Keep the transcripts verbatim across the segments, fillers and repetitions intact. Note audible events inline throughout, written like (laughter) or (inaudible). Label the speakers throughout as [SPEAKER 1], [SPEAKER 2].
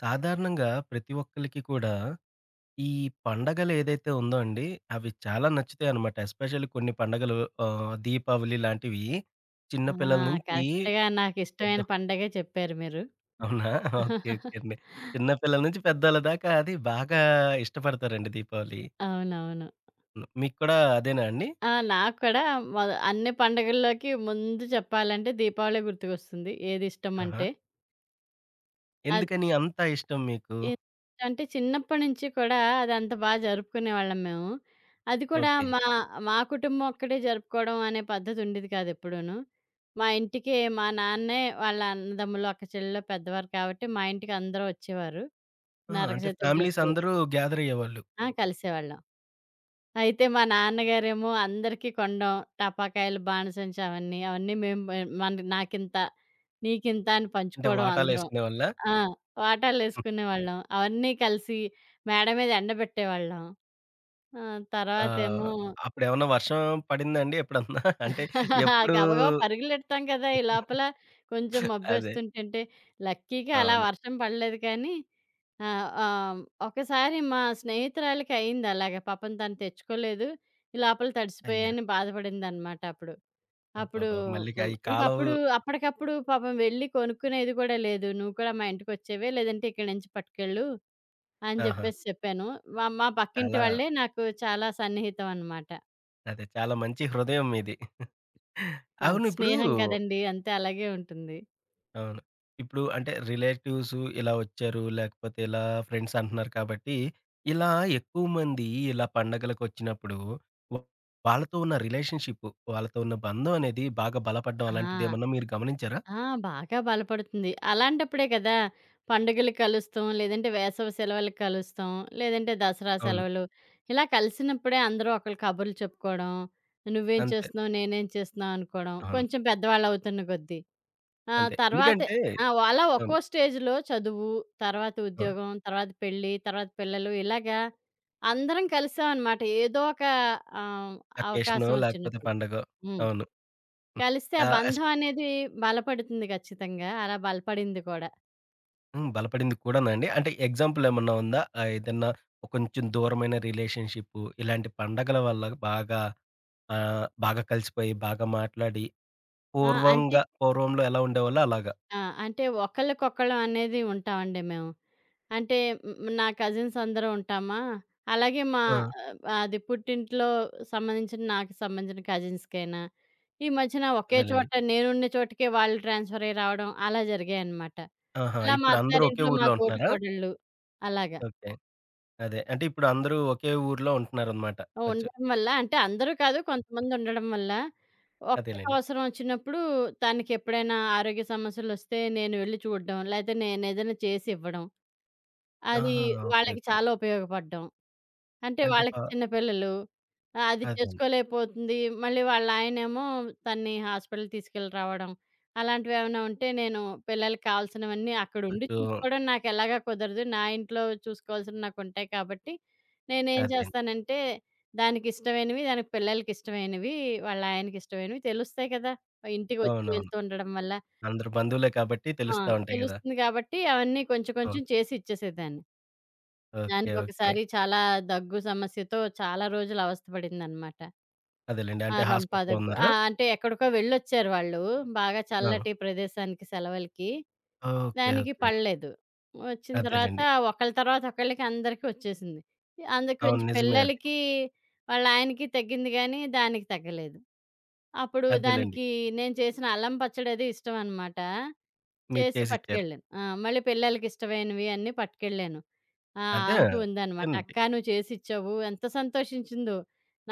[SPEAKER 1] సాధారణంగా ప్రతి ఒక్కళ్ళకి కూడా ఈ పండగలు ఏదైతే ఉందో అండి, అవి చాలా నచ్చుతాయి అనమాట. ఎస్పెషల్లీ కొన్ని పండగలు ఆహ్, దీపావళి లాంటివి చిన్న
[SPEAKER 2] ఆ!
[SPEAKER 1] పిల్లల నుంచి
[SPEAKER 2] కరెక్ట్‌గా
[SPEAKER 1] పెద్ద.
[SPEAKER 2] నాకిష్టమైన పండగే చెప్పారు మీరు.
[SPEAKER 1] అవునా? ఓకే. ఓకే అండి. చిన్న పిల్లల నుంచి పెద్దోళ్ళ దాకా అది బాగా ఇష్టపడతారండి దీపావళి.
[SPEAKER 2] అవునవును.
[SPEAKER 1] హ్మ్. మీకు కూడా అదేనా అండి?
[SPEAKER 2] ఆ! నాకు కూడా మొద అన్ని పండుగల్లోకి ముందు చెప్పాలంటే దీపావళి గుర్తుకొస్తుంది.
[SPEAKER 1] ఆహా!
[SPEAKER 2] ఏదిష్టమంటే. అది
[SPEAKER 1] ఎందుకని అంత ఇష్టం మీకు?
[SPEAKER 2] అంటే చిన్నప్పటి నుంచి కూడా అదంత బా జరుపుకునేవాళ్ళం మేము. అది కూడా
[SPEAKER 1] ఓకే.
[SPEAKER 2] మా మా కుటుంబం ఒక్కటే జరుపుకోవడం అనే పద్ధతి ఉండేది కాదు ఎప్పుడూను. మా ఇంటికి మా నాన్నే వాళ్ళ అన్నదమ్ములు, అక్క చెల్లెలు పెద్దవారు కాబట్టి మా ఇంటికి అందరూ వచ్చేవారు.
[SPEAKER 1] ఆ!
[SPEAKER 2] నరక
[SPEAKER 1] అంటే ఫ్యామిలీస్
[SPEAKER 2] చతుర్దశి రోజు.
[SPEAKER 1] అందరూ గ్యాదర్ అయ్యేవాళ్ళు.
[SPEAKER 2] ఆ! కలిసేవాళ్ళం. అయితే మా నాన్నగారేమో అందరికీ కొనడం, టపాకాయలు, బాణసంచ అవన్నీ, అవన్నీ మేము మేం మన నాకింత, నీకింత అని
[SPEAKER 1] అంటే
[SPEAKER 2] పంచుకోవడం అందరం.
[SPEAKER 1] వాటాలేసుకునేవాళ్ళా?
[SPEAKER 2] ఆ! వాటాలేసుకునేవాళ్ళం. అవన్నీ కలిసి మేడ మీద ఎండబెట్టేవాళ్ళం. ఆ!
[SPEAKER 1] ఆ!
[SPEAKER 2] తర్వాతేమో
[SPEAKER 1] అప్పుడేమన్నా వర్షం పడిందాండి ఎప్పుడన్నా? (laughs) అంటే
[SPEAKER 2] (laughs)
[SPEAKER 1] ఎప్పుడు.
[SPEAKER 2] గబగబా పరుగులెడతాం కదా! ఈ లోపల కొంచెం
[SPEAKER 1] అదే.
[SPEAKER 2] మబ్బేస్తుంటుంటే లక్కీగా అలా
[SPEAKER 1] అవును.
[SPEAKER 2] వర్షం పడలేదు కానీ ఆ! ఆహ్, ఒకసారి మా స్నేహితురాలికి అయింది అలాగా. పాపం తను తెచ్చుకోలేదు. ఈ లోపల
[SPEAKER 1] అయ్యో!
[SPEAKER 2] తడిసిపోయానని బాధపడిందనమాట అప్పుడు. అప్పుడు
[SPEAKER 1] అబ్బబ్బా! మళ్ళీ క
[SPEAKER 2] హ్మ్.
[SPEAKER 1] ఈ కాలవు.
[SPEAKER 2] ఇంకప్పుడు అప్పటికప్పుడు పాపం వెళ్ళి కొనుక్కునేది కూడా లేదు. "నువ్వు కూడా మా ఇంటికొచ్చేవే, లేదంటే ఇక్కడి నుంచి పట్టుకెళ్ళు" అని
[SPEAKER 1] ఆహా!
[SPEAKER 2] జెప్పేసి చెప్పాను. మా మా పక్కింటి
[SPEAKER 1] చాలా.
[SPEAKER 2] వాళ్ళే నాకు చాలా సన్నిహితం అనమాట.
[SPEAKER 1] అదే, చాలా మంచి హృదయం మీది.
[SPEAKER 2] వాళ్ళ
[SPEAKER 1] అవును, ఇప్పుడు.
[SPEAKER 2] స్నేహం కదండీ! అంతే అలాగే ఉంటుంది.
[SPEAKER 1] అవును. ఇప్పుడు అంటే రిలేటివ్స్ ఇలా వచ్చారు, లేకపోతే ఇలా ఫ్రెండ్స్ అంటున్నారు కాబట్టి, ఇలా ఎక్కువ మంది ఇలా పండగలకొచ్చినప్పుడు వ వాళ్ళతో ఉన్న రిలేషన్‌షిప్, వాళ్ళతో ఉన్న బంధం అనేది బాగా బలపడ్డం
[SPEAKER 2] ఆ!
[SPEAKER 1] అలాంటిదేమన్నా మీరు గమనించారా?
[SPEAKER 2] ఆ! బాగా బలపడుతుంది. అలాంటప్పుడే కదా! పండుగలకి కలుస్తాం, లేదంటే వేసవి సెలవులకి కలుస్తాం, లేదంటే దసరా
[SPEAKER 1] అవును.
[SPEAKER 2] సెలవులు. ఇలా కలిసినప్పుడే అందరూ ఒకళ్ళు కబుర్లు చెప్పుకోవడం, "నువ్వేం
[SPEAKER 1] అంతే.
[SPEAKER 2] చేస్తున్నావు? నేనేం చేస్తున్నావు?" అనుకోవడం.
[SPEAKER 1] అవును.
[SPEAKER 2] కొంచెం పెద్దవాళ్ళవుతున్న కొద్దీ. ఆ!
[SPEAKER 1] అంతే.
[SPEAKER 2] తర్వాతే
[SPEAKER 1] ఎందుకంటే
[SPEAKER 2] ఆ! వ అలా
[SPEAKER 1] అవును.
[SPEAKER 2] ఒక్కో స్టేజ్‌లో చదువు, తర్వాత
[SPEAKER 1] అవును.
[SPEAKER 2] ఉద్యోగం, తర్వాత పెళ్లి, తర్వాత పిల్లలు ఇలాగా అందరం కలిసామనమాట. ఏదో ఒక ఆహ్,
[SPEAKER 1] అకేషనో
[SPEAKER 2] అవకాశం
[SPEAKER 1] లేకపోతే
[SPEAKER 2] వచ్చినప్పుడు.
[SPEAKER 1] పండగో.
[SPEAKER 2] హ్మ్.
[SPEAKER 1] అవును. హ్మ్.
[SPEAKER 2] కలిస్తే ఆ
[SPEAKER 1] ఆహ్, ఎస్.
[SPEAKER 2] బంధం అనేది బలపడుతుంది ఖచ్చితంగా. అలా బలపడింది కూడా.
[SPEAKER 1] హ్మ్. బలపడింది కూడానండి. అంటే ఎగ్జాంపుల్ ఏమన్నా ఉందా? ఆహ్, ఏదన్నా కొంచెం దూరమైన రిలేషన్‌షిప్పు ఇలాంటి పండగల వల్ల బాగా, ఆహ్, బాగా కలిసిపోయి, బాగా మాట్లాడి
[SPEAKER 2] ఆ! అంటే
[SPEAKER 1] పూర్వంగా పూర్వంలో ఎలా ఉండేవాళ్ళో అలాగా.
[SPEAKER 2] ఆ! అంటే ఒకళ్ళకొకళ్ళం అనేది ఉంటామండి మేము. అంటే హ్మ్, నా కజిన్స్ అందరం ఉంటామా, అలాగే మా
[SPEAKER 1] ఆ!
[SPEAKER 2] ఆ, అది పుట్టింట్లో సంబంధించిన నాకు సంబంధించిన కజిన్స్‌కైనా, ఈ మధ్యన ఒకే
[SPEAKER 1] అదేలెండి.
[SPEAKER 2] చోట నేనున్న చోటకే వాళ్ళు ట్రాన్స్‌ఫర్ అయ్యి రావడం అలా జరిగాయనమాట.
[SPEAKER 1] ఆహా!
[SPEAKER 2] అలా మా
[SPEAKER 1] ఇప్పుడు అందరూ ఒకే
[SPEAKER 2] అత్తారింట్లో మా
[SPEAKER 1] ఊర్లో
[SPEAKER 2] తోటి
[SPEAKER 1] ఉంటున్నారా?
[SPEAKER 2] కోడళ్ళు అలాగా.
[SPEAKER 1] ఓకే. అదే. అంటే ఇప్పుడు అందరూ ఒకే ఊర్లో ఉంటున్నారనమాట. కొంచెం.
[SPEAKER 2] ఉండడం వల్ల అంటే అందరూ కాదు కొంతమంది ఉండడం వల్ల ఒకళ్ళకి
[SPEAKER 1] అదేలెండి.
[SPEAKER 2] అవసరం వచ్చినప్పుడు తనకెప్పుడైనా ఆరోగ్య సమస్యలొస్తే నేను వెళ్లి చూడడం, లేతే నేనేదైనా చేసి ఇవ్వడం. అది
[SPEAKER 1] ఆహా! ఓకే.
[SPEAKER 2] వాళ్ళకి
[SPEAKER 1] ఓకే.
[SPEAKER 2] చాలా ఉపయోగపడ్డం. అంటే
[SPEAKER 1] అంటే ప
[SPEAKER 2] వాళ్ళకి చిన్న పిల్లలు. ఆహ్, అది
[SPEAKER 1] అదే అండి.
[SPEAKER 2] చేసుకోలేకపోతుంది. మళ్ళీ వాళ్ళాయనేమో తనని హాస్పిటల్‌కి తీసుకెళ్ళి రావడం. అలాంటివేమైనా ఉంటే నేను పిల్లలకి కావాల్సినవన్నీ అక్కడుండి
[SPEAKER 1] కొంచెం.
[SPEAKER 2] చూసుకోవడం నాకెలాగా కుదరదు. నా ఇంట్లో చూసుకోవాల్సినవి నాకుంటాయి కాబట్టి, నేనేం
[SPEAKER 1] అదే.
[SPEAKER 2] చేస్తానంటే దానికిష్టమైనవి, దానికి పిల్లలకిష్టమైనవి, వాళ్ళాయనకిష్టమైనవి తెలుస్తాయి కదా! ఇంటికి వచ్చి
[SPEAKER 1] అవునవును.
[SPEAKER 2] వెళ్తూ ఉండడం వల్ల.
[SPEAKER 1] అందరు బంధువులే కాబట్టి
[SPEAKER 2] ఆ!
[SPEAKER 1] తెలుస్తా ఉంటాయి గదా!
[SPEAKER 2] తెలుస్తుంది కాబట్టి అవన్నీ కొంచెం కొంచెం
[SPEAKER 1] అవును.
[SPEAKER 2] చేసి ఇచ్చేసేదాన్ని.
[SPEAKER 1] ఓకే. ఓకే.
[SPEAKER 2] దానికొకసారి చాలా దగ్గు సమస్యతో చాలా రోజులు అవస్థపడిందనమాట.
[SPEAKER 1] అదేలెండి.
[SPEAKER 2] ఆ!
[SPEAKER 1] అంటే
[SPEAKER 2] రంపా
[SPEAKER 1] హాస్పిటల్‌లో
[SPEAKER 2] దగ్గు. ఆ!
[SPEAKER 1] ఉన్నారా?
[SPEAKER 2] అంటే ఎక్కడికో వెళ్ళొచ్చారు వాళ్ళు. బాగా
[SPEAKER 1] ఆ!
[SPEAKER 2] చల్లటి ప్రదేశానికి సెలవులకి.
[SPEAKER 1] ఓకే.
[SPEAKER 2] దానికి
[SPEAKER 1] ఓకే.
[SPEAKER 2] పడలేదు. వచ్చిన తర్వాత
[SPEAKER 1] అదేలెండి.
[SPEAKER 2] ఒకళ్ళ తర్వాత ఒకళ్ళకి అందరికి వచ్చేసింది. అందుకు
[SPEAKER 1] అవును,
[SPEAKER 2] కొంచెం
[SPEAKER 1] నిజమే అది.
[SPEAKER 2] పిల్లలకి వాళ్ళ ఆయనకి తగ్గింది గానీ, దానికి తగ్గలేదు. అప్పుడు
[SPEAKER 1] అదేలెండి.
[SPEAKER 2] దానికి నేను చేసిన అల్లం పచ్చడి అది ఇష్టం అనమాట.
[SPEAKER 1] మీరు
[SPEAKER 2] చేసి
[SPEAKER 1] చేసిచ్చారు.
[SPEAKER 2] పట్టుకెళ్ళాను. ఆ! మళ్ళీ పిల్లలకిష్టమైనవి అన్నీ పట్టుకెళ్ళాను. ఆ!
[SPEAKER 1] అదే.
[SPEAKER 2] అంటూ ఉందనమాట.
[SPEAKER 1] అదేనండి.
[SPEAKER 2] "అక్క నువ్వు చేసిచ్చావు." ఎంత సంతోషించిందో.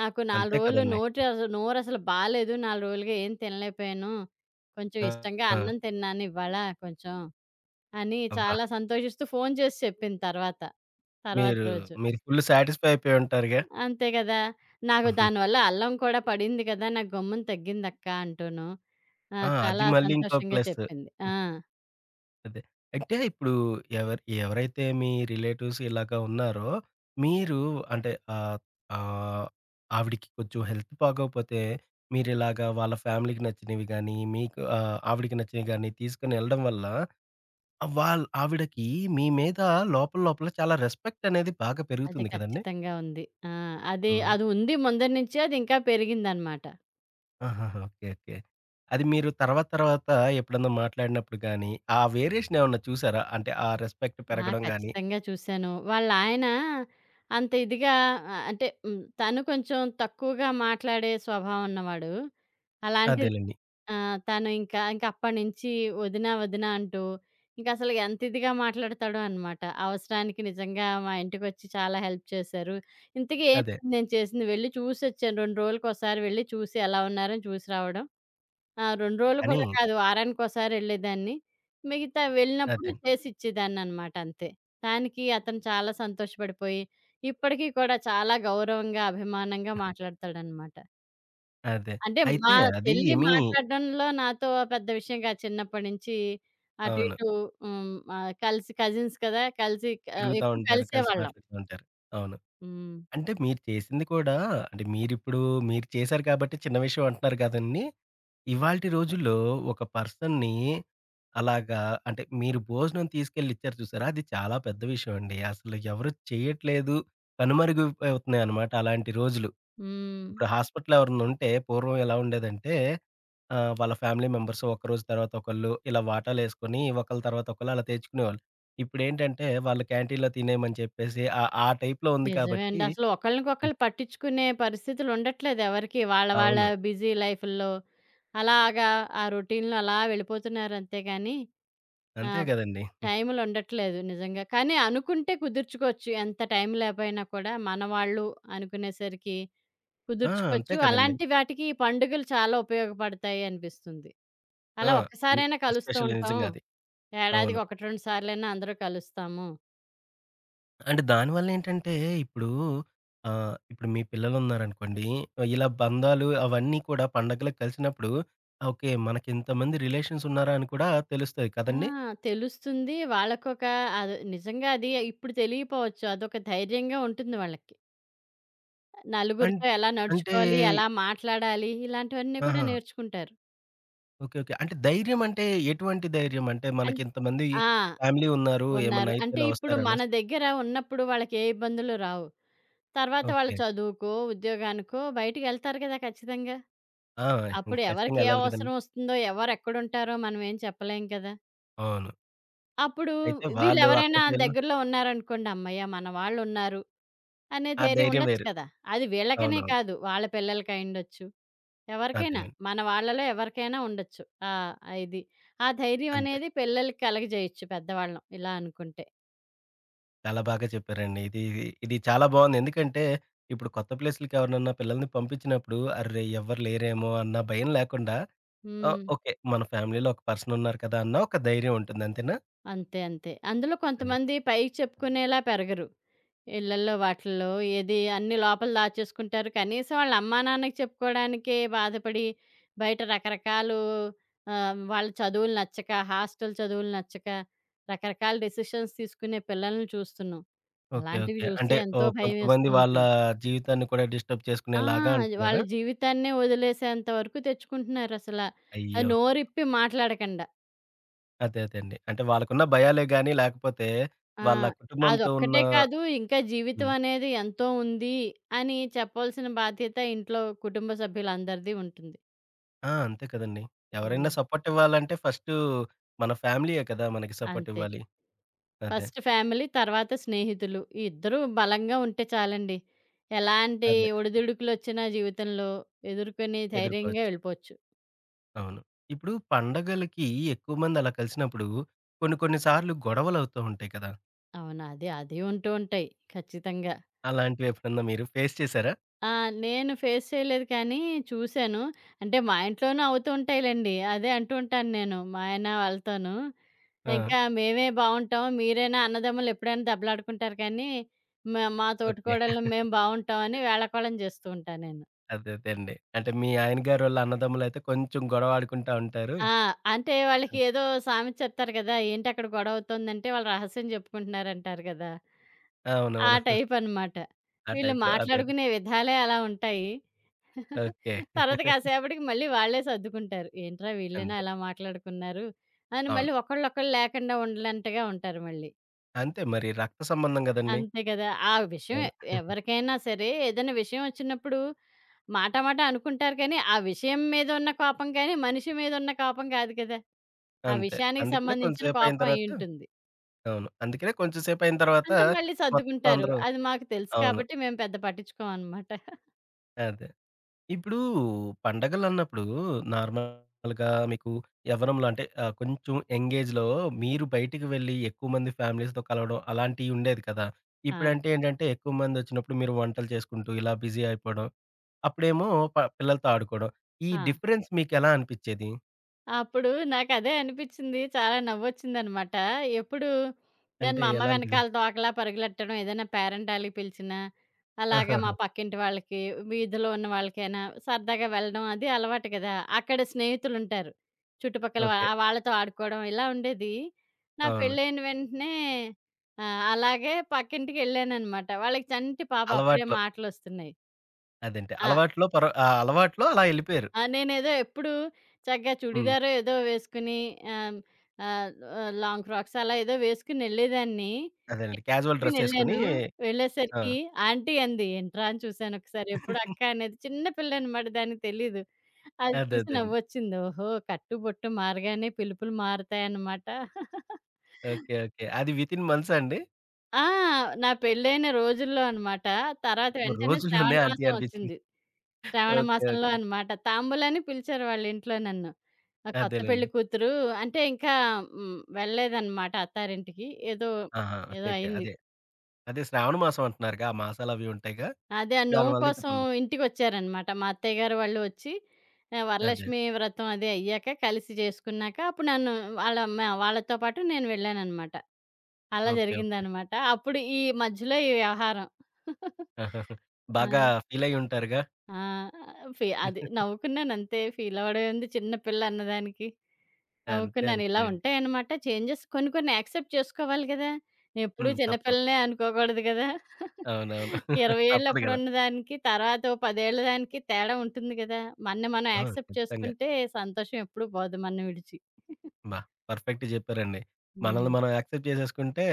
[SPEAKER 2] నాకు
[SPEAKER 1] అంతే
[SPEAKER 2] నాలుగు రోజులు
[SPEAKER 1] కదండీ.
[SPEAKER 2] నోటి అస- నోరు అసలు నోరసలు బాలేదు. నాలుగు రోజులుగా ఏం తినలేకపోయాను. కొంచెం
[SPEAKER 1] ఆ!
[SPEAKER 2] ఇష్టంగా
[SPEAKER 1] ఆ!
[SPEAKER 2] అన్నం తిన్నాను ఇవాళ కొంచెం అని
[SPEAKER 1] అబ్బా!
[SPEAKER 2] చాలా సంతోషిస్తూ ఫోను చేసి చెప్పింది తర్వాత. తర్వాత
[SPEAKER 1] మీరు
[SPEAKER 2] రోజు.
[SPEAKER 1] మీరు ఫుల్ సాటిస్ఫై అయిపోయుంటారుగా.
[SPEAKER 2] అంతే గదా! నాకు
[SPEAKER 1] హుహు.
[SPEAKER 2] దానివల్ల అల్లం కూడా పడింది కదా! నాకు గమ్మున తగ్గిందక్క అంటూను. ఆ!
[SPEAKER 1] ఆ! అది
[SPEAKER 2] చాలా
[SPEAKER 1] మళ్ళీ ఇంకో
[SPEAKER 2] సంతోషంగా
[SPEAKER 1] ప్లస్సు.
[SPEAKER 2] చెప్పింది. ఆ!
[SPEAKER 1] అదే. అంటే ఇప్పుడు ఎవరు ఎవరైతే మీ రిలేటివ్స్ ఇలాగా ఉన్నారో, మీరు అంటే ఆహ్, ఆహ్, ఆవిడకి కొంచెం హెల్త్ బాగోకపోతే, మీరిలాగా వాళ్ళ ఫ్యామిలీకి నచ్చినవి గానీ, మీకు ఆహ్, ఆవిడకి నచ్చినవి గానీ తీసుకొని వెళ్ళడం వల్ల వాళ్ ఆవిడకి మీ మీద లోపల లోపల చాలా రెస్పెక్ట్ అనేది బాగా
[SPEAKER 2] అది
[SPEAKER 1] పెరుగుతుంది కదండీ!
[SPEAKER 2] ఖచ్చితంగా ఉంది. ఆ! అది,
[SPEAKER 1] హ్మ్.
[SPEAKER 2] అది ఉంది ముందర నుంచి అది ఇంకా పెరిగిందనమాట.
[SPEAKER 1] ఆహాహా! ఓకే. ఓకే. అది మీరు తర్వాత తర్వాత ఎప్పుడన్నా మాట్లాడినప్పుడు గానీ, ఆ వేరియేషన్ ఏమన్నా చూసారా? అంటే ఆ రెస్పెక్ట్
[SPEAKER 2] ఆ!
[SPEAKER 1] పెరగడం గానీ.
[SPEAKER 2] ఖచ్చితంగా చూశాను. వాళ్ళాయన అంత ఇదిగా ఆహ్, అంటే హ్మ్, తను కొంచెం తక్కువగా మాట్లాడే స్వభావం ఉన్నవాడు. అలాంటిది
[SPEAKER 1] అదేలెండి.
[SPEAKER 2] ఆ! తను ఇంకా ఇంక అప్పటినుంచి వదిన, వదిన అంటూ ఇంకసలు ఎంత ఇదిగా మాట్లాడతాడో అనమాట. అవసరానికి నిజంగా మా ఇంటికొచ్చి చాలా హెల్ప్ చేశారు. ఇంతకీ ఏంటి
[SPEAKER 1] అదే.
[SPEAKER 2] నేను చేసింది? వెళ్లి చూసొచ్చాను. రెండు రోజులకోసారి వెళ్లి చూసి ఎలా ఉన్నారో చూసి రావడం. ఆ! రెండు రోజులు
[SPEAKER 1] కానీ.
[SPEAKER 2] కూడా కాదు. వారానికోసారి ఎళ్ళేదాన్ని. మిగతా వెళ్ళినప్పుడు
[SPEAKER 1] అదే.
[SPEAKER 2] చేసిచ్చేదాన్ననమాట అంతే. దానికి అతను చాలా సంతోషపడిపోయి, ఇప్పటికి కూడా చాలా గౌరవంగా, అభిమానంగా మాట్లాడతాడనమాట.
[SPEAKER 1] అదే.
[SPEAKER 2] అంటే మా
[SPEAKER 1] అయితే అది
[SPEAKER 2] చెల్లి
[SPEAKER 1] ఏమి.
[SPEAKER 2] మాట్లాడడంలో నాతో పెద్ద విషయం కాదు. చిన్నప్పటి నుంచి అటు
[SPEAKER 1] అవును.
[SPEAKER 2] ఇటు హ్మ్. ఆహ్, కలిసి కజిన్స్ కదా! కలిసి ఆహ్,
[SPEAKER 1] తిరుగుతా
[SPEAKER 2] ఎక్కువ
[SPEAKER 1] ఉంటారు. కలిసి
[SPEAKER 2] కలిసేవాళ్ళం.
[SPEAKER 1] మాట్లాడుతూ ఉంటారు. అవును.
[SPEAKER 2] హ్మ్.
[SPEAKER 1] అంటే మీరు చేసింది కూడా, అంటే మీరిప్పుడు మీరు చేశారు కాబట్టి చిన్న విషయం అంటున్నారు కదండీ! ఇవాల్టి రోజుల్లో ఒక పర్సన్‌ని అలాగా, అంటే మీరు భోజనం తీసుకెళ్ళి ఇచ్చారు చూసారా? అది చాలా పెద్ద విషయం అండి. అసలు ఎవరు చేయట్లేదు. కనుమరుగైపోతున్నాయన్నమాట అలాంటి రోజులు.
[SPEAKER 2] హ్మ్.
[SPEAKER 1] ఇప్పుడు హాస్పిటల్‌లో ఎవరైనా ఉంటే పూర్వం ఎలా ఉండేదంటే, ఆహ్, వాళ్ళ ఫ్యామిలీ మెంబర్స్ ఒకరోజు తర్వాత ఒకళ్ళు ఇలా వాటాలేసుకొని ఒకళ్ళ తర్వాత ఒకళ్ళు అలా తెచ్చుకునేవాళ్ళు. ఇప్పుడేంటంటే వాళ్ళు క్యాంటీన్‌లో తినేయమని చెప్పేసి ఆహ్, ఆ టైప్‌లో ఉంది
[SPEAKER 2] నిజమే
[SPEAKER 1] కాబట్టి.
[SPEAKER 2] అండి. అసలు
[SPEAKER 1] హ్మ్.
[SPEAKER 2] ఒకళ్ళనికొకళ్ళు పట్టించుకునే పరిస్థితులు ఉండట్లేదు ఎవరికీ. వాళ్ళ వాళ్ళ
[SPEAKER 1] అవును.
[SPEAKER 2] బిజీ లైఫ్‌ల్లో అలాగా ఆ రొటీన్‌లో అలా వెళ్ళిపోతున్నారు అంతే గాని
[SPEAKER 1] అంతే
[SPEAKER 2] ఆహ్,
[SPEAKER 1] గదండీ!
[SPEAKER 2] టైములు ఉండట్లేదు నిజంగా. కానీ అనుకుంటే కుదుర్చుకోవచ్చు. ఎంత టైం లేకపోయినా కూడా మన వాళ్ళు అనుకునేసరికి
[SPEAKER 1] ఆ! అంతే
[SPEAKER 2] కుదుర్చుకోవచ్చు.
[SPEAKER 1] కదండీ!
[SPEAKER 2] అలాంటి వాటికి ఈ పండుగలు చాలా ఉపయోగపడతాయి అనిపిస్తుంది.
[SPEAKER 1] ఆ!
[SPEAKER 2] అలా
[SPEAKER 1] ని
[SPEAKER 2] ఒక్కసారైనా కలుస్తూ
[SPEAKER 1] ఎస్పెషల్లీ
[SPEAKER 2] ఉంటాం.
[SPEAKER 1] నిజంగా అది. అవును.
[SPEAKER 2] ఏడాదికి ఒకటి, రెండు సార్లైనా అందరూ కలుస్తాము.
[SPEAKER 1] అంటే దానివల్లేంటంటే ఇప్పుడు ఆహ్, ఇప్పుడు మీ పిల్లలున్నారనుకోండి, ఇలా బంధాలు అవన్నీ కూడా పండగలకి కలిసినప్పుడు ఓకే. మనకింతమంది రిలేషన్స్ ఉన్నారా అని కూడా తెలుస్తది
[SPEAKER 2] ఆ!
[SPEAKER 1] కదండీ!
[SPEAKER 2] తెలుస్తుంది. వాళ్ళకొక అది నిజంగా అది ఇప్పుడు తెలియపోవచ్చు. అదొక ధైర్యంగా ఉంటుంది వాళ్ళకి.
[SPEAKER 1] అం
[SPEAKER 2] నలుగురితో ఎలా
[SPEAKER 1] అంటే
[SPEAKER 2] నడుచుకోవాలి, ఎలా మాట్లాడాలి ఇలాంటివన్నీ కూడా
[SPEAKER 1] ఆహా!
[SPEAKER 2] నేర్చుకుంటారు.
[SPEAKER 1] ఓకే. ఓకే. అంటే ధైర్యం అంటే ఎటువంటి ధైర్యం? అంటే
[SPEAKER 2] అన్
[SPEAKER 1] మనకింతమంది
[SPEAKER 2] ఆ!
[SPEAKER 1] ఫ్యామిలీ ఉన్నారు. ఏమన్నా
[SPEAKER 2] ఉన్నారు.
[SPEAKER 1] అయితే
[SPEAKER 2] అంటే
[SPEAKER 1] ఇలా
[SPEAKER 2] ఇప్పుడు
[SPEAKER 1] వస్తారనా
[SPEAKER 2] మన
[SPEAKER 1] సార్?
[SPEAKER 2] దగ్గర ఉన్నప్పుడు వాళ్ళకి ఏ ఇబ్బందులు రావు. తర్వాత వాళ్ళ
[SPEAKER 1] ఓకే.
[SPEAKER 2] చదువుకో, ఉద్యోగానికో బయటికెళ్తారు కదా! ఖచ్చితంగా.
[SPEAKER 1] ఆ!
[SPEAKER 2] అప్పుడు
[SPEAKER 1] ఖచ్చితంగా
[SPEAKER 2] ఎవరికి ఏ
[SPEAKER 1] ఎళ్ళాలి కదండీ!
[SPEAKER 2] అవసరం వస్తుందో, ఎవరెక్కడుంటారో మనం ఏం చెప్పలేం కదా!
[SPEAKER 1] అవును.
[SPEAKER 2] అప్పుడు
[SPEAKER 1] అయితే వాళ్ళు
[SPEAKER 2] వీళ్ళెవరైనా
[SPEAKER 1] అక్కడికి వెళ్ళిన
[SPEAKER 2] దగ్గరలో ఉన్నారనుకోండి, హమ్మయ్య! మన వాళ్ళున్నారు. అనే
[SPEAKER 1] ఆ
[SPEAKER 2] ధైర్యం
[SPEAKER 1] ధైర్యం
[SPEAKER 2] ఉండొచ్చు
[SPEAKER 1] వేరు.
[SPEAKER 2] కదా! అది వీళ్ళకనే
[SPEAKER 1] అవునవును.
[SPEAKER 2] కాదు. వాళ్ళ పిల్లలకైయుండొచ్చు. ఎవరికైనా.
[SPEAKER 1] అదేలెండి.
[SPEAKER 2] మన వాళ్ళలో ఎవరికైనా ఉండొచ్చు. ఆహ్, ఆ ఇది. ఆ ధైర్యం
[SPEAKER 1] అంతే.
[SPEAKER 2] అనేది పిల్లలకి కలగజేయొచ్చు పెద్దవాళ్ళం ఇలా అనుకుంటే.
[SPEAKER 1] చాలా బాగా చెప్పారండి. ఇది, ఇది చాలా బావుంది. ఎందుకంటే ఇప్పుడు కొత్త ప్లేస్‌లకి ఎవరినన్నా పిల్లల్ని పంపించినప్పుడు అర్రె! ఎవ్వరు లేరేమో అన్న భయం లేకుండా ఆహ్,
[SPEAKER 2] హ్మ్.
[SPEAKER 1] ఓకే. మన ఫ్యామిలీలో ఒక పర్సన్ ఉన్నారు కదా! అన్న ఒక ధైర్యం ఉంటుంది. అంతేనా?
[SPEAKER 2] అంతే. అంతే. అందులో
[SPEAKER 1] అదే.
[SPEAKER 2] కొంతమంది పైకి చెప్పుకునేలా పెరగరు. ఇళ్ళల్లో వాటిల్లో ఏది అన్నీ లోపల దాచేసుకుంటారు. కనీసం వాళ్ళ అమ్మా, నాన్నకి చెప్పుకోవడానికే బాధపడి బయట రకరకాలు ఆహ్, వాళ్ళ చదువులు నచ్చక, హాస్టల్ చదువులు నచ్చక రకరకాల డెసిషన్స్ తీసుకునే పిల్లల్ని చూస్తున్నాం.
[SPEAKER 1] ఓకే.
[SPEAKER 2] అలాంటివి
[SPEAKER 1] ఓకే.
[SPEAKER 2] చూస్తే
[SPEAKER 1] అంటే
[SPEAKER 2] ఎంతో
[SPEAKER 1] ఓహ్!
[SPEAKER 2] భయమేస్తూ
[SPEAKER 1] కొంతమంది వాళ్ళ
[SPEAKER 2] ఉంటుంది.
[SPEAKER 1] జీవితాన్ని కూడా డిస్టర్బ్
[SPEAKER 2] ఆ!
[SPEAKER 1] చేసుకునేలాగా
[SPEAKER 2] వాళ్ళ
[SPEAKER 1] అంటున్నారా?
[SPEAKER 2] జీవితాన్నే వదిలేసేంత వరకు తెచ్చుకుంటున్నారసల. ఆహ్,
[SPEAKER 1] అయ్యో!
[SPEAKER 2] నోరిప్పి మాట్లాడకండా.
[SPEAKER 1] అదే అదే అండి. అంటే వాళ్ళకున్న భయాలే గాని లేకపోతే
[SPEAKER 2] ఆ!
[SPEAKER 1] వాళ్ళ కుటుంబంతో ఉన్న.
[SPEAKER 2] అదొక్కటే కాదు ఇంకా జీవితం
[SPEAKER 1] హ్మ్.
[SPEAKER 2] అనేది ఎంతో ఉంది అని చెప్పాల్సిన బాధ్యత ఇంట్లో కుటుంబ సభ్యులందరిది ఉంటుంది.
[SPEAKER 1] ఆ! అంతే కదండీ. ఎవరైనా
[SPEAKER 2] హ్మ్.
[SPEAKER 1] సపోర్ట్ ఇవ్వాలంటే ఫస్టు మన ఫ్యామిలీయే కదా! మనకి సపోర్ట్
[SPEAKER 2] అంతే.
[SPEAKER 1] ఇవ్వాలి. అదే.
[SPEAKER 2] ఫస్ట్ ఫ్యామిలీ తర్వాత స్నేహితులు. ఈ ఇద్దరు బలంగా ఉంటే చాలండి. ఎలాంటి
[SPEAKER 1] అదే.
[SPEAKER 2] ఒడిదుడుకులొచ్చినా జీవితంలో ఎదుర్కొని ధైర్యంగా
[SPEAKER 1] ఎదుర్కోవచ్చు.
[SPEAKER 2] వెళ్ళిపోవచ్చు.
[SPEAKER 1] అవును. ఇప్పుడు పండగలకి ఎక్కువ మంది అలా కలిసినప్పుడు కొన్ని కొన్ని సార్లు గొడవలవుతూ ఉంటాయి కదా!
[SPEAKER 2] అవును. అది అది ఉంటూ ఉంటాయి ఖచ్చితంగా.
[SPEAKER 1] అలాంటివి ఎప్పుడన్నా మీరు ఫేస్ చేసారా?
[SPEAKER 2] ఆ! నేను ఫేస్ చేయలేదు కానీ చూసాను. అంటే మా ఇంట్లోనూ అవుతూ ఉంటాయిలెండి. అదే అంటూ ఉంటాను నేను మా ఆయన వాళ్ళతోనూ.
[SPEAKER 1] ఆ!
[SPEAKER 2] ఇంకా మేమే బావుంటాం. మీరైనా అన్నదమ్ములు ఎప్పుడైనా దెబ్బలాడుకుంటారు కానీ, మా మా
[SPEAKER 1] ఓకే.
[SPEAKER 2] తోటికోడళ్ళం మేము బావుంటాం అని వేళాకోళం చేస్తూ ఉంటా నేను.
[SPEAKER 1] అదే అదే అండి. అంటే మీ ఆయన గారోళ్ళ అన్నదమ్ములైతే కొంచెం గొడవ ఆడుకుంటా ఉంటారు.
[SPEAKER 2] ఆ! అంటే
[SPEAKER 1] అదే.
[SPEAKER 2] వాళ్ళకి ఏదో సామెత చెప్తారు కదా! ఏంటి అక్కడ గొడవ అవుతోందంటే వాళ్ళు రహస్యం చెప్పుకుంటున్నారంటారు కదా! ఆ
[SPEAKER 1] అవునవును.
[SPEAKER 2] టైపనమాట.
[SPEAKER 1] ఆ
[SPEAKER 2] వీళ్ళు
[SPEAKER 1] టైప్‌లో అదే.
[SPEAKER 2] మాట్లాడుకునే విధాలే అలా ఉంటాయి.
[SPEAKER 1] ఓకే.
[SPEAKER 2] తర్వాత కాసేపటికి మళ్ళీ వాళ్ళే సర్దుకుంటారు. ఏంట్రా వీళ్ళేనా
[SPEAKER 1] అంతే.
[SPEAKER 2] ఇలా మాట్లాడుకున్నారు? అని
[SPEAKER 1] అవును.
[SPEAKER 2] మళ్ళీ ఒకళ్ళొకళ్ళు లేకుండా ఉండలంటగా ఉంటారు మళ్ళీ.
[SPEAKER 1] అంతే మరి రక్త సంబంధం గదండీ!
[SPEAKER 2] అంతే కదా! ఆ విషయం
[SPEAKER 1] అవును.
[SPEAKER 2] ఎవరికైనా సరే ఏదైనా విషయం వచ్చినప్పుడు మాట మాట అనుకుంటారు కానీ, ఆ విషయం మీద ఉన్న కోపం కానీ, మనిషి మీద ఉన్న కోపం కాదు కదా! ఆ
[SPEAKER 1] అంతే.
[SPEAKER 2] విషయానికి
[SPEAKER 1] అందుకనే కొంచెం
[SPEAKER 2] సంబంధించిన
[SPEAKER 1] సేపయిన
[SPEAKER 2] కోపం
[SPEAKER 1] తర్వాత.
[SPEAKER 2] అయ్యుంటుంది.
[SPEAKER 1] అవును. అందుకనే కొంచెం సేపయిన తర్వాత
[SPEAKER 2] అంతే మళ్ళీ
[SPEAKER 1] మొత్తం
[SPEAKER 2] సర్దుకుంటారు.
[SPEAKER 1] అందరూ.
[SPEAKER 2] అది మాకు తెలుసు
[SPEAKER 1] అవును.
[SPEAKER 2] కాబట్టి మేము పెద్ద పట్టించుకోమనమాట.
[SPEAKER 1] అదే. ఇప్పుడు పండగలన్నప్పుడు నార్మల్‌గా మీకు యవ్వనంలో అంటే ఆహ్, కొంచెం యంగ్ ఏజ్‌లో మీరు బయటికి వెళ్ళి ఎక్కువ మంది ఫ్యామిలీస్‌తో కలవడం అలాంటియి ఉండేది కదా!
[SPEAKER 2] ఆ!
[SPEAKER 1] ఇప్పుడంటే ఏంటంటే ఎక్కువ మందొచ్చినప్పుడు మీరు వంటలు చేసుకుంటూ ఇలా బిజీ అయిపోవడం. అప్పుడేమో ప పిల్లలతో ఆడుకోవడం. ఈ
[SPEAKER 2] ఆ!
[SPEAKER 1] డిఫరెన్స్ మీకెలా అనిపిచ్చేది?
[SPEAKER 2] అప్పుడు నాకదే అనిపిచ్చింది. చాలా నవ్వొచ్చిందనమాట. ఎప్పుడు నేను
[SPEAKER 1] అంటే
[SPEAKER 2] మా అమ్మ
[SPEAKER 1] ఎలాంటిది?
[SPEAKER 2] వెనకాల తోకలా పరుగులెట్టడం, ఏదైనా పేరంటాలకి పిలిచినా, అలాగా మా
[SPEAKER 1] ఆహాహా!
[SPEAKER 2] పక్కింటి వాళ్ళకి, వీధిలో ఉన్న వాళ్ళకైనా సరదాగా వెళ్ళడం అది అలవాటు కదా! అక్కడ స్నేహితులుంటారు. చుట్టుపక్కల వా
[SPEAKER 1] ఓకే.
[SPEAKER 2] ఆ వాళ్ళతో ఆడుకోవడం ఇలా ఉండేది. నా
[SPEAKER 1] అవును.
[SPEAKER 2] పెళ్ళైన వెంటనే ఆహ్, అలాగే పక్కింటికెళ్ళాననమాట. వాళ్ళకి చంటి పాప అప్పుడే
[SPEAKER 1] అలవాట్లో.
[SPEAKER 2] మాటలొస్తున్నాయి.
[SPEAKER 1] అదేండి.
[SPEAKER 2] ఆ!
[SPEAKER 1] అలవాట్లో పొర ఆహ్, అలవాట్లో అలా ఎళ్ళిపోయారు.
[SPEAKER 2] ఆ! నేనేదో ఎప్పుడూ చక్కగా
[SPEAKER 1] హ్మ్.
[SPEAKER 2] చుడిదారో ఏదో వేసుకుని ఆహ్, ఆహ్, ఆహ్, లాంగ్ ఫ్రాక్స్ అలా ఏదో వేసుకునెళ్ళేదాన్ని. చీర
[SPEAKER 1] అదేనండి. క్యాజువల్ డ్రెస్ ఏసుకొని.
[SPEAKER 2] కట్టుకునెళ్ళాను. (laughs)
[SPEAKER 1] ఆ!
[SPEAKER 2] వెళ్ళేసరికి ఆంటీ అంది. "ఏంట్రా" అని చూసానొకసారి. ఎప్పుడు అక్క అనేది చిన్న పిల్లనమాట దానికి తెలీదు. అది
[SPEAKER 1] అదే
[SPEAKER 2] చూసి
[SPEAKER 1] అదేండి.
[SPEAKER 2] నవ్వొచ్చింది. ఓహో! కట్టు బొట్టు మారగానే పిలుపులు మారతాయన్నమాట. (laughs)
[SPEAKER 1] ఓకే. ఓకే. అది వితిన్ మంత్సా అండి?
[SPEAKER 2] ఆ! నా పెళ్ళైన రోజుల్లో అనమాట. తర్వాత (laughs) వెంటనే
[SPEAKER 1] రోజుల్లోనే
[SPEAKER 2] శ్రావణ
[SPEAKER 1] ఆంటీ
[SPEAKER 2] మాసం
[SPEAKER 1] అనిపించింది.
[SPEAKER 2] ఒచ్చింది. శ్రావణ
[SPEAKER 1] ఓకే.
[SPEAKER 2] మాసంలో
[SPEAKER 1] ఓకే.
[SPEAKER 2] అనమాట. తాంబూలాన్ని పిలిచారు వాళ్ళింట్లో నన్ను. ఆ కొత్త పెళ్లి
[SPEAKER 1] అదేలెండి.
[SPEAKER 2] కూతురు అంటే ఇంకా హ్మ్. వెళ్ళలేదనమాట అత్తారింటికి. ఏదో,
[SPEAKER 1] ఆహా! ఓకే.
[SPEAKER 2] ఏదో
[SPEAKER 1] ఓకే.
[SPEAKER 2] అయింది.
[SPEAKER 1] అదే. అదే శ్రావణ మాసం అంటున్నారుగా. ఆ మాసాలవి ఉంటాయిగా.
[SPEAKER 2] అదే ఆ నోము
[SPEAKER 1] దానివల్ల ఇంక
[SPEAKER 2] కోసం
[SPEAKER 1] పంపించి.
[SPEAKER 2] ఇంటికొచ్చారనమాట. మా అత్తయ్య గారు వాళ్ళు వచ్చి ఆహ్,
[SPEAKER 1] అదే.
[SPEAKER 2] వరలక్ష్మి వ్రతం అది అయ్యాక కలిసి చేసుకున్నాక అప్పుడు నన్ను వాళ్ళ మ వాళ్ళతో పాటు నేను వెళ్ళాననమాట. అలా
[SPEAKER 1] ఓకే. ఓకే.
[SPEAKER 2] జరిగిందనమాట. అప్పుడు ఈ మధ్యలో ఈ వ్యవహారం. (laughs)
[SPEAKER 1] (laughs)
[SPEAKER 2] ఆ!
[SPEAKER 1] బాగా ఫీలయ్యి ఉంటారుగా.
[SPEAKER 2] ఆ! ఫీ అది నవ్వుకున్నానంతే. ఫీలవ్వడమేముంది చిన్న పిల్ల అన్నదానికి.
[SPEAKER 1] అంతే
[SPEAKER 2] నవ్వుకున్నాను. ఇలా
[SPEAKER 1] అంతేలెండి.
[SPEAKER 2] ఉంటాయన్నమాట చేంజెస్. కొన్ని కొన్ని యాక్సెప్ట్ చేసుకోవాలి గదా! ఎప్పుడూ
[SPEAKER 1] హ్మ్. తప్పదు.
[SPEAKER 2] చిన్నపిల్లనే అనుకోకూడదు గదా!
[SPEAKER 1] అవునవును. (laughs)
[SPEAKER 2] ఇరవై ఏళ్ళు
[SPEAKER 1] తప్పదు గదా!
[SPEAKER 2] అప్పుడున్న దానికి, తర్వాత ఓ పది ఏళ్ళ దానికి తేడా ఉంటుంది గదా! మనని మనం
[SPEAKER 1] ఆ!
[SPEAKER 2] యాక్సెప్ట్
[SPEAKER 1] ఖచ్చితంగా.
[SPEAKER 2] చేసుకుంటే సంతోషం ఎప్పుడూ పోదు మనం విడిచి.
[SPEAKER 1] అబ్బా! పర్ఫెక్ట్ జెప్పారండి. మనల్ని
[SPEAKER 2] హ్మ్.
[SPEAKER 1] మనం యాక్సెప్ట్ చేసేసుకుంటే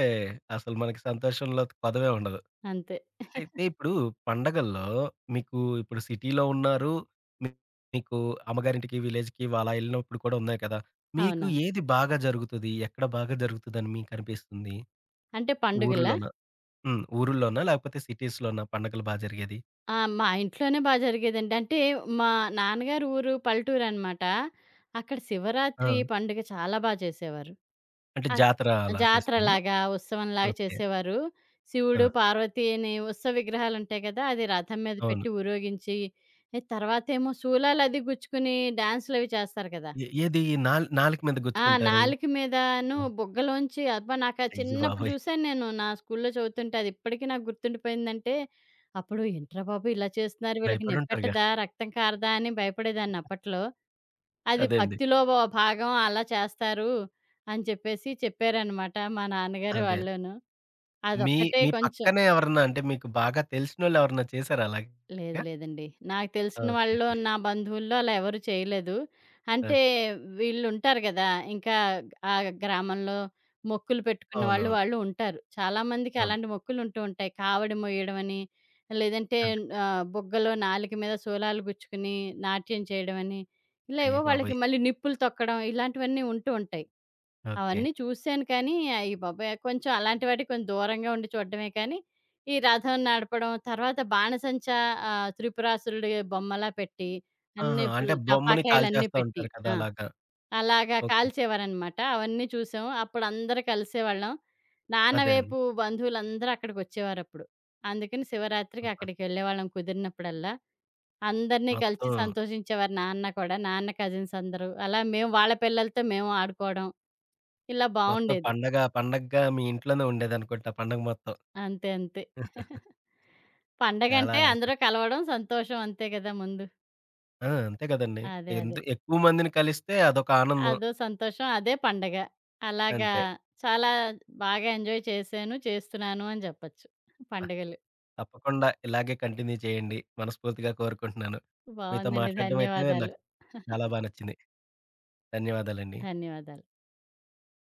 [SPEAKER 1] అసలు మనకి సంతోషంలో కొదవే ఉండదు.
[SPEAKER 2] అంతే.
[SPEAKER 1] అయితే ఇప్పుడు పండగల్లో మీకు ఇప్పుడు సిటీలో ఉన్నారు. మీ మీకు అమ్మగారింటికి, విలేజ్‌కి అలా ఎళ్ళినప్పుడు కూడా ఉన్నాయి కదా! మీకు
[SPEAKER 2] అవునవును.
[SPEAKER 1] ఏది బాగా జరుగుతది? ఎక్కడ బాగా జరుగుతదని మీకనిపిస్తుంది?
[SPEAKER 2] అంటే పండుగలా?
[SPEAKER 1] ఊరుల్లోనా? హ్మ్. ఊరుల్లోనా? లేకపోతే సిటీస్‌లోనా పండగలు బా జరిగేది?
[SPEAKER 2] ఆ! మా ఇంట్లోనే బా జరిగేదండి. అంటే మా నాన్నగారు ఊరు పల్లెటూరనమాట. అక్కడ
[SPEAKER 1] ఆ!
[SPEAKER 2] శివరాత్రి పండుగ చాలా బా చేసేవారు.
[SPEAKER 1] అంటే
[SPEAKER 2] అక్
[SPEAKER 1] జాతర అలా చేశామనా?
[SPEAKER 2] జాతరలాగా, ఉత్సవంలాగా
[SPEAKER 1] ఓకే.
[SPEAKER 2] చేసేవారు.
[SPEAKER 1] ఆ!
[SPEAKER 2] శివుడు, పార్వతి అని ఉత్సవ విగ్రహాలుంటాయి కదా! అది రథం మీద
[SPEAKER 1] అవును.
[SPEAKER 2] పెట్టి ఊరేగించి, ఎ తర్వాతేమో శూలాలది గుచ్చుకుని డాన్సులవి చేస్తారు కదా!
[SPEAKER 1] ఏ ఏది నాల్ నాలుక మీద
[SPEAKER 2] ఆ!
[SPEAKER 1] గుచ్చుకుంటారు?
[SPEAKER 2] నాలుక మీదను
[SPEAKER 1] హ్మ్.
[SPEAKER 2] బుగ్గలోంచి అబ్బా! నాకా
[SPEAKER 1] అయ్య
[SPEAKER 2] చిన్నప్పుడు
[SPEAKER 1] బాబోయ్!
[SPEAKER 2] చూశాను నేను. నా స్కూల్లో చదువుతుంటే అదిప్పటికి నాకు గుర్తుండిపోయిందంటే, అప్పుడు ఏంట్రా బాబు! ఇలా చేస్తున్నారు వీళ్ళకి
[SPEAKER 1] భయపడుంటారుగా.
[SPEAKER 2] నొప్పెట్టదా? రక్తం కారదా? అని భయపడేదాన్ని అప్పట్లో. అది
[SPEAKER 1] అదే అండి.
[SPEAKER 2] భక్తిలో బ భాగం అలా చేస్తారు అని చెప్పేసి చెప్పారనమాట మా నాన్నగారు
[SPEAKER 1] అదే.
[SPEAKER 2] వాళ్ళును.
[SPEAKER 1] మీ
[SPEAKER 2] అదొక్కటే
[SPEAKER 1] మీ
[SPEAKER 2] కొంచెం
[SPEAKER 1] పక్కనే ఎవరన్నా అంటే మీకు బాగా తెలిసినోళ్ళు ఎవరన్నా చేశారా అలాగా?
[SPEAKER 2] లేదు లేదండి. నాకు తెలిసిన
[SPEAKER 1] ఓకే.
[SPEAKER 2] వాళ్ళలో,
[SPEAKER 1] ఓకే.
[SPEAKER 2] నా బంధువుల్లో అలా ఎవరు చేయలేదు.
[SPEAKER 1] ఓకే.
[SPEAKER 2] అంటే వీళ్ళుంటారు గదా! ఇంకా ఆ గ్రామంలో మొక్కులు పెట్టుకున్న వాళ్ళు,
[SPEAKER 1] అవునవును.
[SPEAKER 2] వాళ్ళు ఉంటారు. చాలామందికి
[SPEAKER 1] అవును.
[SPEAKER 2] అలాంటి మొక్కులుంటూ ఉంటాయి. కావడి మొయ్యడమని, లేదంటే
[SPEAKER 1] అదే.
[SPEAKER 2] ఆహ్, బుగ్గలో నాలుక మీద శూలాలు గుచ్చుకుని నాట్యం చేయడమని, ఇలా
[SPEAKER 1] అయ్య
[SPEAKER 2] ఏవో వాళ్ళకి
[SPEAKER 1] బాబోయ్!
[SPEAKER 2] మళ్ళీ నిప్పులు తొక్కడం ఇలాంటివన్నీ ఉంటూ ఉంటాయి.
[SPEAKER 1] ఓకే.
[SPEAKER 2] అవన్నీ చూసాను కానీ, అయ్య బాబోయ్! కొంచెం అలాంటి వాటికి కొంచెం దూరంగా ఉండి చూడడమే కానీ, ఈ రథం నడపడం, తర్వాత బాణసంచ ఆహ్, త్రిపురాసురుడి బొమ్మలా పెట్టి, అన్నీ
[SPEAKER 1] ఆహా! అంటే
[SPEAKER 2] ఫుల్
[SPEAKER 1] బొమ్మని
[SPEAKER 2] టపాకాయలన్నీ
[SPEAKER 1] కాల్చేస్తా
[SPEAKER 2] పెట్టి
[SPEAKER 1] ఉంటారు కదా!
[SPEAKER 2] ఆ!
[SPEAKER 1] అలాగా.
[SPEAKER 2] అలాగా
[SPEAKER 1] ఓకే.
[SPEAKER 2] కాల్చేవారనమాట. అవన్నీ చూసాం. అప్పుడు అందరూ కలిసేవాళ్ళం. నాన్న
[SPEAKER 1] అదే అండి.
[SPEAKER 2] వైపు బంధువులందరూ అక్కడికొచ్చేవారప్పుడు. అందుకని శివరాత్రికి
[SPEAKER 1] అబ్బా!
[SPEAKER 2] అక్కడికెళ్ళేవాళ్ళం కుదిరినప్పుడల్లా. అందరినీ కలిసి
[SPEAKER 1] మొత్తం,
[SPEAKER 2] సంతోషించేవారు నాన్న కూడా. నాన్న కజిన్స్ అందరూ. అలా మేము వాళ్ళ పిల్లలతో మేము ఆడుకోవడం, ఇలా
[SPEAKER 1] మొత్తం
[SPEAKER 2] బావుండేది.
[SPEAKER 1] పండగ పండగగా మీ ఇంట్లోనే ఉండేదనుకుంటా పండగ మొత్తం.
[SPEAKER 2] అంతే. అంతే.
[SPEAKER 1] చాలా.
[SPEAKER 2] పండగంటే అందరూ కలవడం సంతోషం అంతే గదా! ముందు.
[SPEAKER 1] ఆ! అంతే కదండీ.
[SPEAKER 2] అదే. అదే.
[SPEAKER 1] ఎందు ఎక్కువ మందిని కలిస్తే అదొక ఆనందం.
[SPEAKER 2] అదో సంతోషం. అదే పండగ. అలాగా
[SPEAKER 1] అంతే.
[SPEAKER 2] చాలా బాగా ఎంజాయ్ చేశాను, చేస్తున్నాను అని జెప్పొచ్చు.
[SPEAKER 1] ఆ!
[SPEAKER 2] పండుగలు.
[SPEAKER 1] తప్పకుండా ఇలాగే కంటిన్యూ చేయండి. మనస్ఫూర్తిగా కోరుకుంటున్నాను. మీతో
[SPEAKER 2] బావుందండి.
[SPEAKER 1] మాట్లాడడం అయితే
[SPEAKER 2] ధన్యవాదాలు.
[SPEAKER 1] నాకు చాలా బా నచ్చింది. ధన్యవాదాలండి.
[SPEAKER 2] ధన్యవాదాలు.